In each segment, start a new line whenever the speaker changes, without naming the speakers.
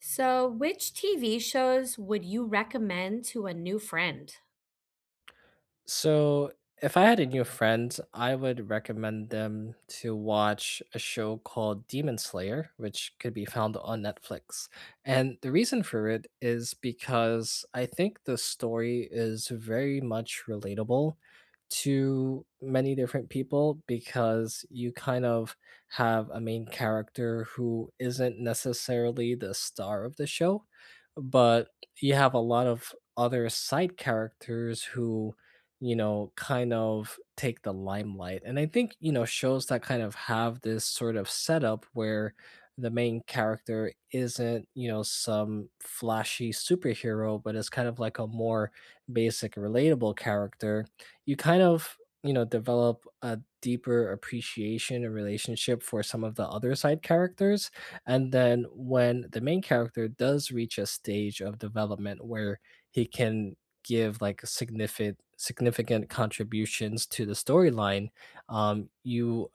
So, which TV shows would you recommend to a new friend?
So, if I had a new friend, I would recommend them to watch a show called Demon Slayer, which could be found on Netflix. And the reason for it is because I think the story is very much relatable to many different people, because you kind of have a main character who isn't necessarily the star of the show, but you have a lot of other side characters who, you know, kind of take the limelight. And I think, you know, shows that kind of have this sort of setup where the main character isn't, you know, some flashy superhero, but is kind of like a more basic, relatable character. You kind of, you know, develop a deeper appreciation and relationship for some of the other side characters. And then when the main character does reach a stage of development where he can give like significant contributions to the storyline, you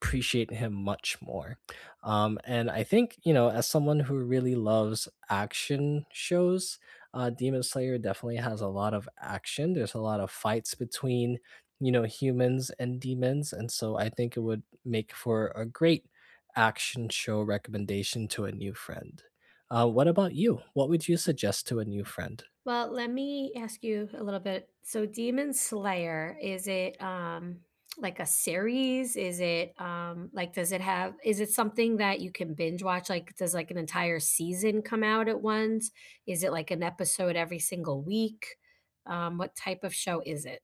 appreciate him much more. And I think, you know, as someone who really loves action shows, Demon Slayer definitely has a lot of action. There's a lot of fights between, you know, humans and demons, and so I think it would make for a great action show recommendation to a new friend. What about you? What would you suggest to a new friend?
Well, let me ask you a little bit. So, Demon Slayer, is it like a series? Is it like does it have is it something that you can binge watch? Like does like an entire season come out at once? Is it like an episode every single week? What type of show is it?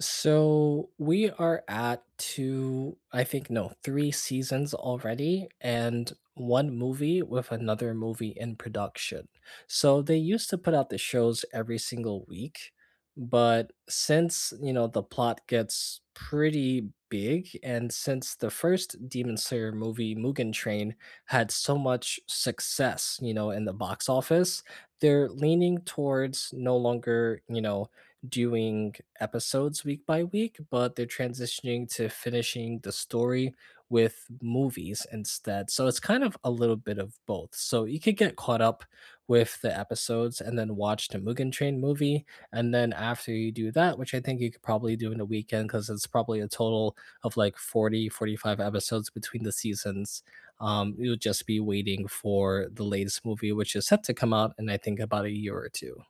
So we are at two, I think, no, three seasons already, and one movie with another movie in production. So they used to put out the shows every single week, but since, you know, the plot gets pretty big, and since the first Demon Slayer movie, Mugen Train, had so much success, you know, in the box office, they're leaning towards no longer, you know, doing episodes week by week, but they're transitioning to finishing the story with movies instead. So it's kind of a little bit of both. So you could get caught up with the episodes and then watch the Mugen Train movie. And then after you do that, which I think you could probably do in a weekend, because it's probably a total of like 40, 45 episodes between the seasons, you'll just be waiting for the latest movie, which is set to come out in, I think, about a year or two.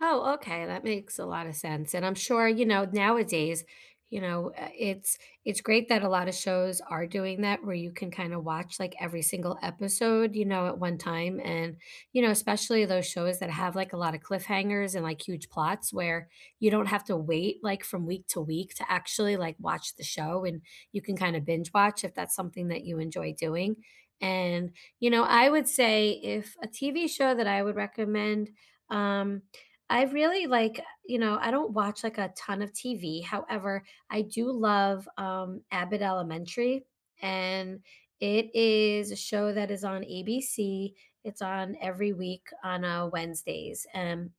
Oh, okay, that makes a lot of sense, and, I'm sure, you know, nowadays, you know, it's great that a lot of shows are doing that where you can kinda watch, like, every single episode, you know, at one time, and, you know, especially those shows that have, like, a lot of cliffhangers and, like, huge plots where you don't have to wait, like, from week to week to actually, like, watch the show, and you can kinda binge watch if that's something that you enjoy doing, and, you know, I would say if a TV show that I would recommend, um I really like. You know, I don't watch like a ton of TV. However, I do love Abbott Elementary, and it is a show that is on ABC. It's on every week on Wednesdays, and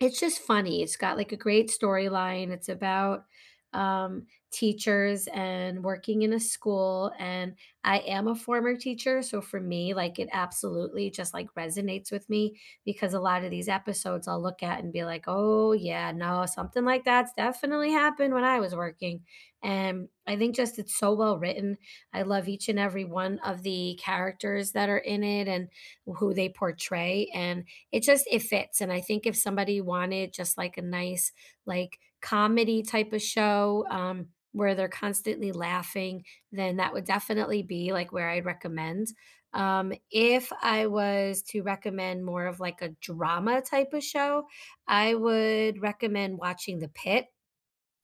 it's just funny. It's got, like, a great storyline. It's about, teachers and working in a school, and I am a former teacher, so for me, like, it absolutely just, like, resonates with me because a lot of these episodes I'll look at and be like, "Oh, yeah, no, something like that's definitely happened when I was working," and I think just it's so well written. I love each and every one of the characters that are in it and who they portray, and it just it fits. And I think if somebody wanted just like a nice, like, comedy type of show, where they're constantly laughing, then that would definitely be like where I'd recommend. If I was to recommend more of like a drama type of show, I would recommend watching The Pit,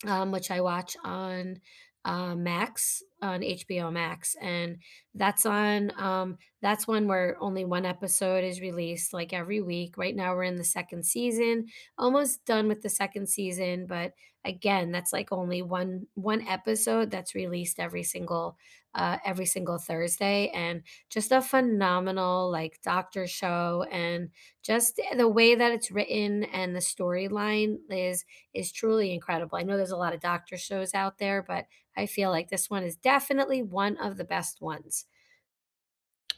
which I watch on Max, on HBO Max, and that's one where only one episode is released like every week. Right now, we're in the second season, almost done with the second season, but again, that's like only one episode that's released every single Thursday, and just a phenomenal, like, doctor show, and just the way that it's written and the storyline is truly incredible. I know there's a lot of doctor shows out there, but I feel like this one is definitely one of the best ones.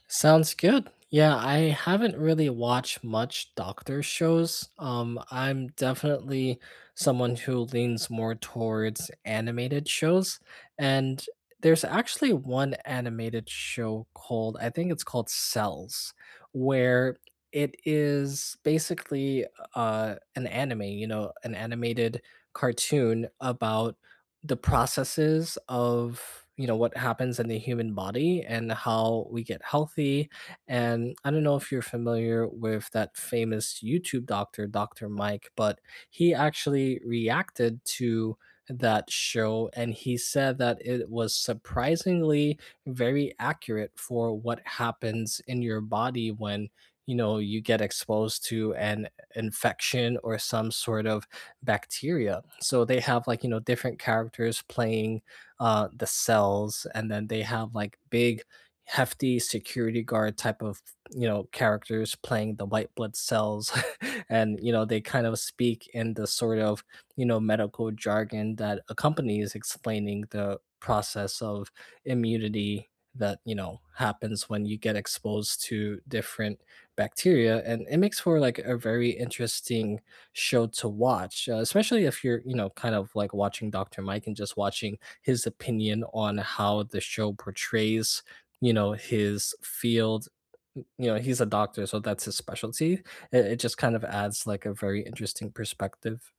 Sounds good. Yeah, I haven't really watched much doctor shows. I'm definitely someone who leans more towards animated shows. And there's actually one animated show called, I think it's called Cells, where it is basically an anime, you know, an animated cartoon about the processes of, you know, what happens in the human body and how we get healthy. And I don't know if you're familiar with that famous YouTube doctor, Dr. Mike, but he actually reacted to that show and he said that it was surprisingly very accurate for what happens in your body when, you know, you get exposed to an infection or some sort of bacteria. So they have, like, you know, different characters playing the cells, and then they have like big, hefty security guard type of, you know, characters playing the white blood cells. And, you know, they kind of speak in the sort of, you know, medical jargon that accompanies explaining the process of immunity that, you know, happens when you get exposed to different bacteria. And it makes for like a very interesting show to watch, especially if you're, you know, kind of like watching Dr. Mike and just watching his opinion on how the show portrays, you know, his field. You know, he's a doctor, so that's his specialty. It just kind of adds like a very interesting perspective.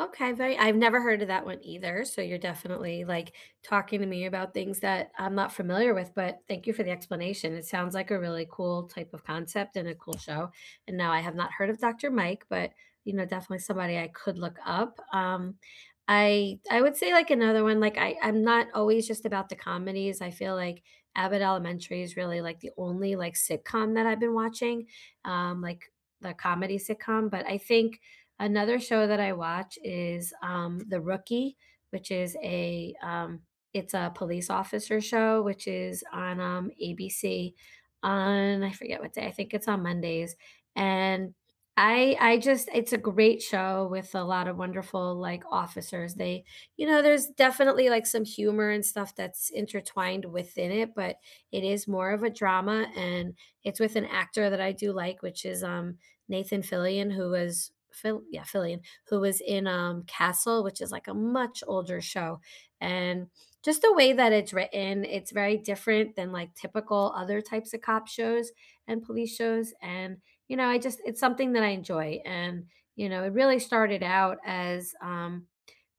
Okay, very I've never heard of that one either, so you're definitely, like, talking to me about things that I'm not familiar with, but thank you for the explanation. It sounds like a really cool type of concept and a cool show, and now I have not heard of Dr. Mike, but, you know, definitely somebody I could look up. I would say, like, another one. Like, I'm not always just about the comedies. I feel like Abbott Elementary is really, like, the only, like, sitcom that I've been watching, like, the comedy sitcom. But I think another show that I watch is, The Rookie, which is a, it's a police officer show, which is on, ABC on — I forget what day, I think it's on Mondays, and I just it's a great show with a lot of wonderful, like, officers. They, you know, there's definitely, like, some humor and stuff that's intertwined within it, but it is more of a drama, and it's with an actor that I do like, which is, Nathan Fillion, who was yeah, Fillion, who was in Castle, which is like a much older show, and just the way that it's written, it's very different than like typical other types of cop shows and police shows. And you know, I just it's something that I enjoy, and, you know, it really started out as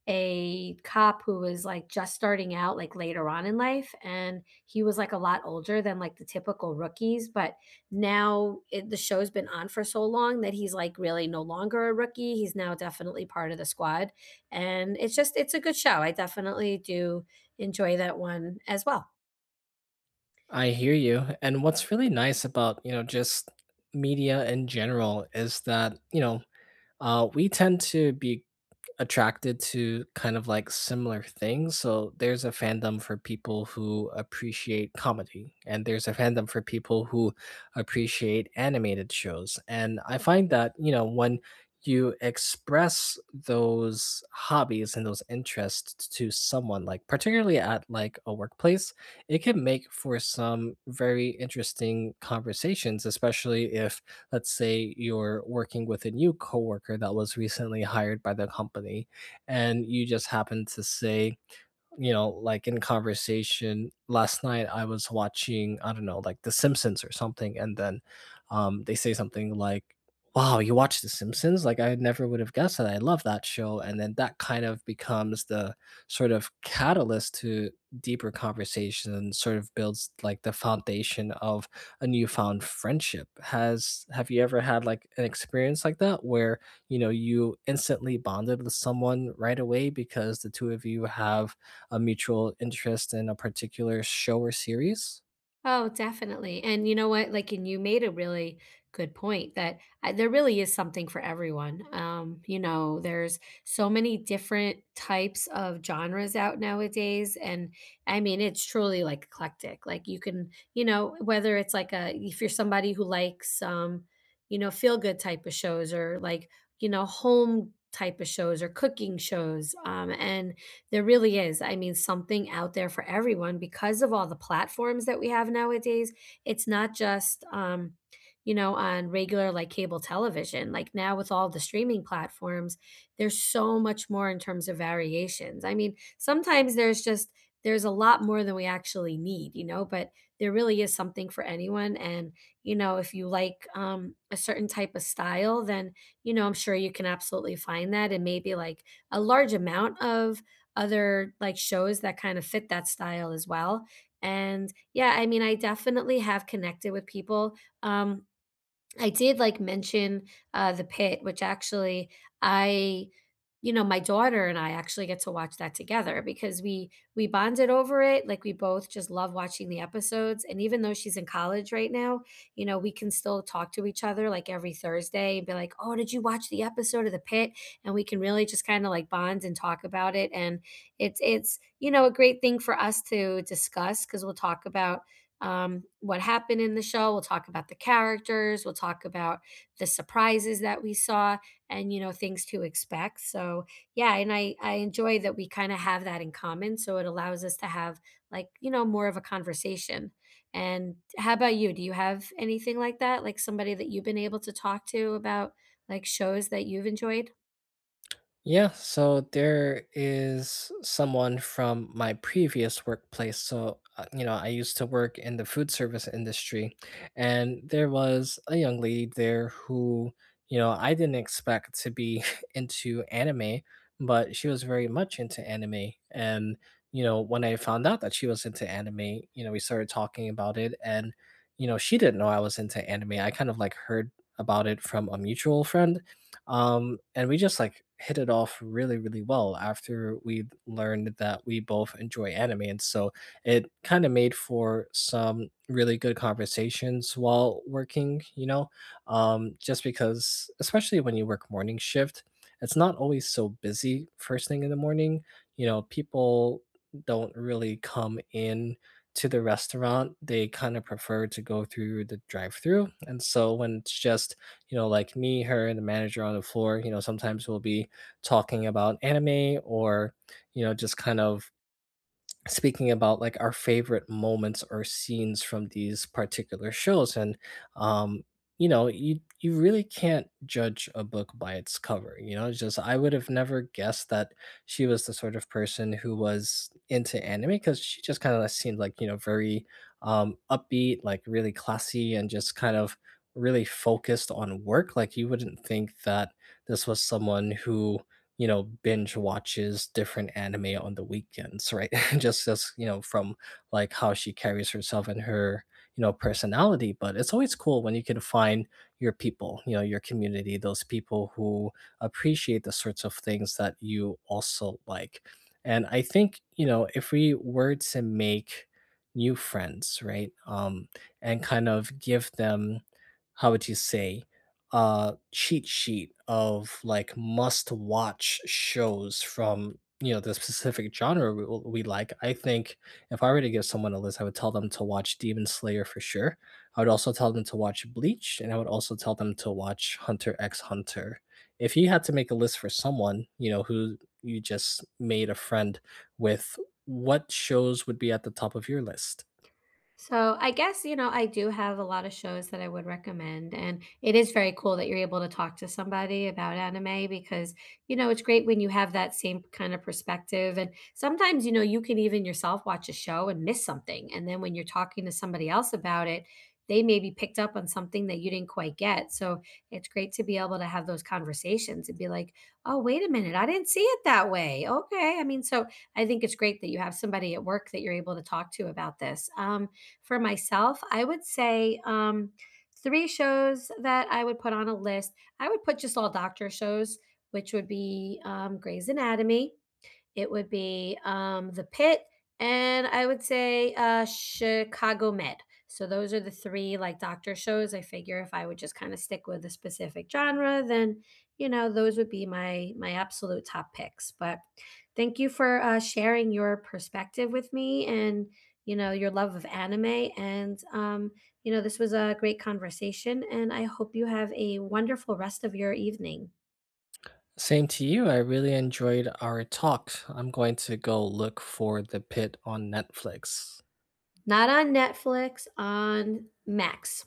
a cop who was like just starting out like later on in life, and he was like a lot older than like the typical rookies, but now the show's been on for so long that he's like really no longer a rookie. He's now definitely part of the squad, and it's just it's a good show. I definitely do enjoy that one as well.
I hear you. And what's really nice about, you know, just media in general is that, you know, we tend to be attracted to kind of like similar things. So there's a fandom for people who appreciate comedy, and there's a fandom for people who appreciate animated shows. And I find that, you know, when you express those hobbies and those interests to someone, like particularly at like a workplace, it can make for some very interesting conversations, especially if, let's say, you're working with a new coworker that was recently hired by the company, and you just happen to say, you know, like in conversation, last night I was watching, I don't know, like The Simpsons or something. And then they say something like, wow, you watch The Simpsons? Like, I never would have guessed that. I love that show. And then that kind of becomes the sort of catalyst to deeper conversation and sort of builds like the foundation of a newfound friendship. Have you ever had like an experience like that where, you know, you instantly bonded with someone right away because the two of you have a mutual interest in a particular show or series?
Oh, definitely. And you know what? Like, and you made a really good point there really is something for everyone. You know, there's so many different types of genres out nowadays. And I mean, it's truly like eclectic. Like, you can, you know, whether it's like a, if you're somebody who likes, you know, feel good type of shows, or like, you know, home type of shows or cooking shows. And there really is, I mean, something out there for everyone because of all the platforms that we have nowadays. It's not just, you know, on regular like cable television. Like now with all the streaming platforms, there's so much more in terms of variations. I mean, sometimes there's a lot more than we actually need, you know, but there really is something for anyone. And, you know, if you like a certain type of style, then, you know, I'm sure you can absolutely find that. And maybe like a large amount of other like shows that kind of fit that style as well. And yeah, I mean, I definitely have connected with people. Um, I did like mention The Pit, which actually I, you know, my daughter and I actually get to watch that together because we bonded over it. Like we both just love watching the episodes, and even though she's in college right now, you know, we can still talk to each other like every Thursday and be like, "Oh, did you watch the episode of The Pit?" And we can really just kind of like bond and talk about it, and it's you know a great thing for us to discuss because we'll talk about, what happened in the show. We'll talk about the characters. We'll talk about the surprises that we saw and, you know, things to expect. So, yeah. And I enjoy that we kind of have that in common. So it allows us to have, like, you know, more of a conversation. And how about you? Do you have anything like that? Like somebody that you've been able to talk to about like shows that you've enjoyed?
Yeah, so there is someone from my previous workplace. So, you know, I used to work in the food service industry, and there was a young lady there who, you know, I didn't expect to be into anime, but she was very much into anime. And, you know, when I found out that she was into anime, you know, we started talking about it. And, you know, she didn't know I was into anime. I kind of like heard about it from a mutual friend, and we just like hit it off really, really well after we learned that we both enjoy anime. And so it kind of made for some really good conversations while working, you know, just because, especially when you work morning shift, it's not always so busy first thing in the morning. You know, people don't really come in to the restaurant. They kind of prefer to go through the drive through. And so when it's just, you know, like me, her, and the manager on the floor, you know, sometimes we'll be talking about anime or, you know, just kind of speaking about like our favorite moments or scenes from these particular shows. And um you know, you really can't judge a book by its cover. You know, it's just, I would have never guessed that she was the sort of person who was into anime, because she just kind of seemed like, you know, very upbeat, like really classy, and just kind of really focused on work. Like, you wouldn't think that this was someone who, you know, binge watches different anime on the weekends, right? Just as, you know, from like how she carries herself and her, you know, personality. But it's always cool when you can find your people, you know, your community, those people who appreciate the sorts of things that you also like. And I think, you know, if we were to make new friends, right? And kind of give them, how would you say, cheat sheet of like must watch shows from, you know, the specific genre we like. I think if I were to give someone a list, I would tell them to watch Demon Slayer for sure. I would also tell them to watch Bleach, and I would also tell them to watch Hunter x Hunter. If you had to make a list for someone, you know, who you just made a friend with, what shows would be at the top of your list?
So I guess, you know, I do have a lot of shows that I would recommend. And it is very cool that you're able to talk to somebody about anime, because, you know, it's great when you have that same kind of perspective. And sometimes, you know, you can even yourself watch a show and miss something. And then when you're talking to somebody else about it, they maybe picked up on something that you didn't quite get. So it's great to be able to have those conversations and be like, oh, wait a minute, I didn't see it that way. Okay. I mean, so I think it's great that you have somebody at work that you're able to talk to about this. For myself, I would say three shows that I would put on a list. I would put just all doctor shows, which would be Grey's Anatomy. It would be, The Pit, and I would say, Chicago Med. So those are the three, like, doctor shows. I figure if I would just kinda stick with a specific genre, then, you know, those would be my absolute top picks. But thank you for, sharing your perspective with me and, you know, your love of anime, and, you know, this was a great conversation, and I hope you have a wonderful rest of your evening.
Same to you. I really enjoyed our talk. I'm going to go look for The Pit on Netflix.
Not on Netflix, on Max.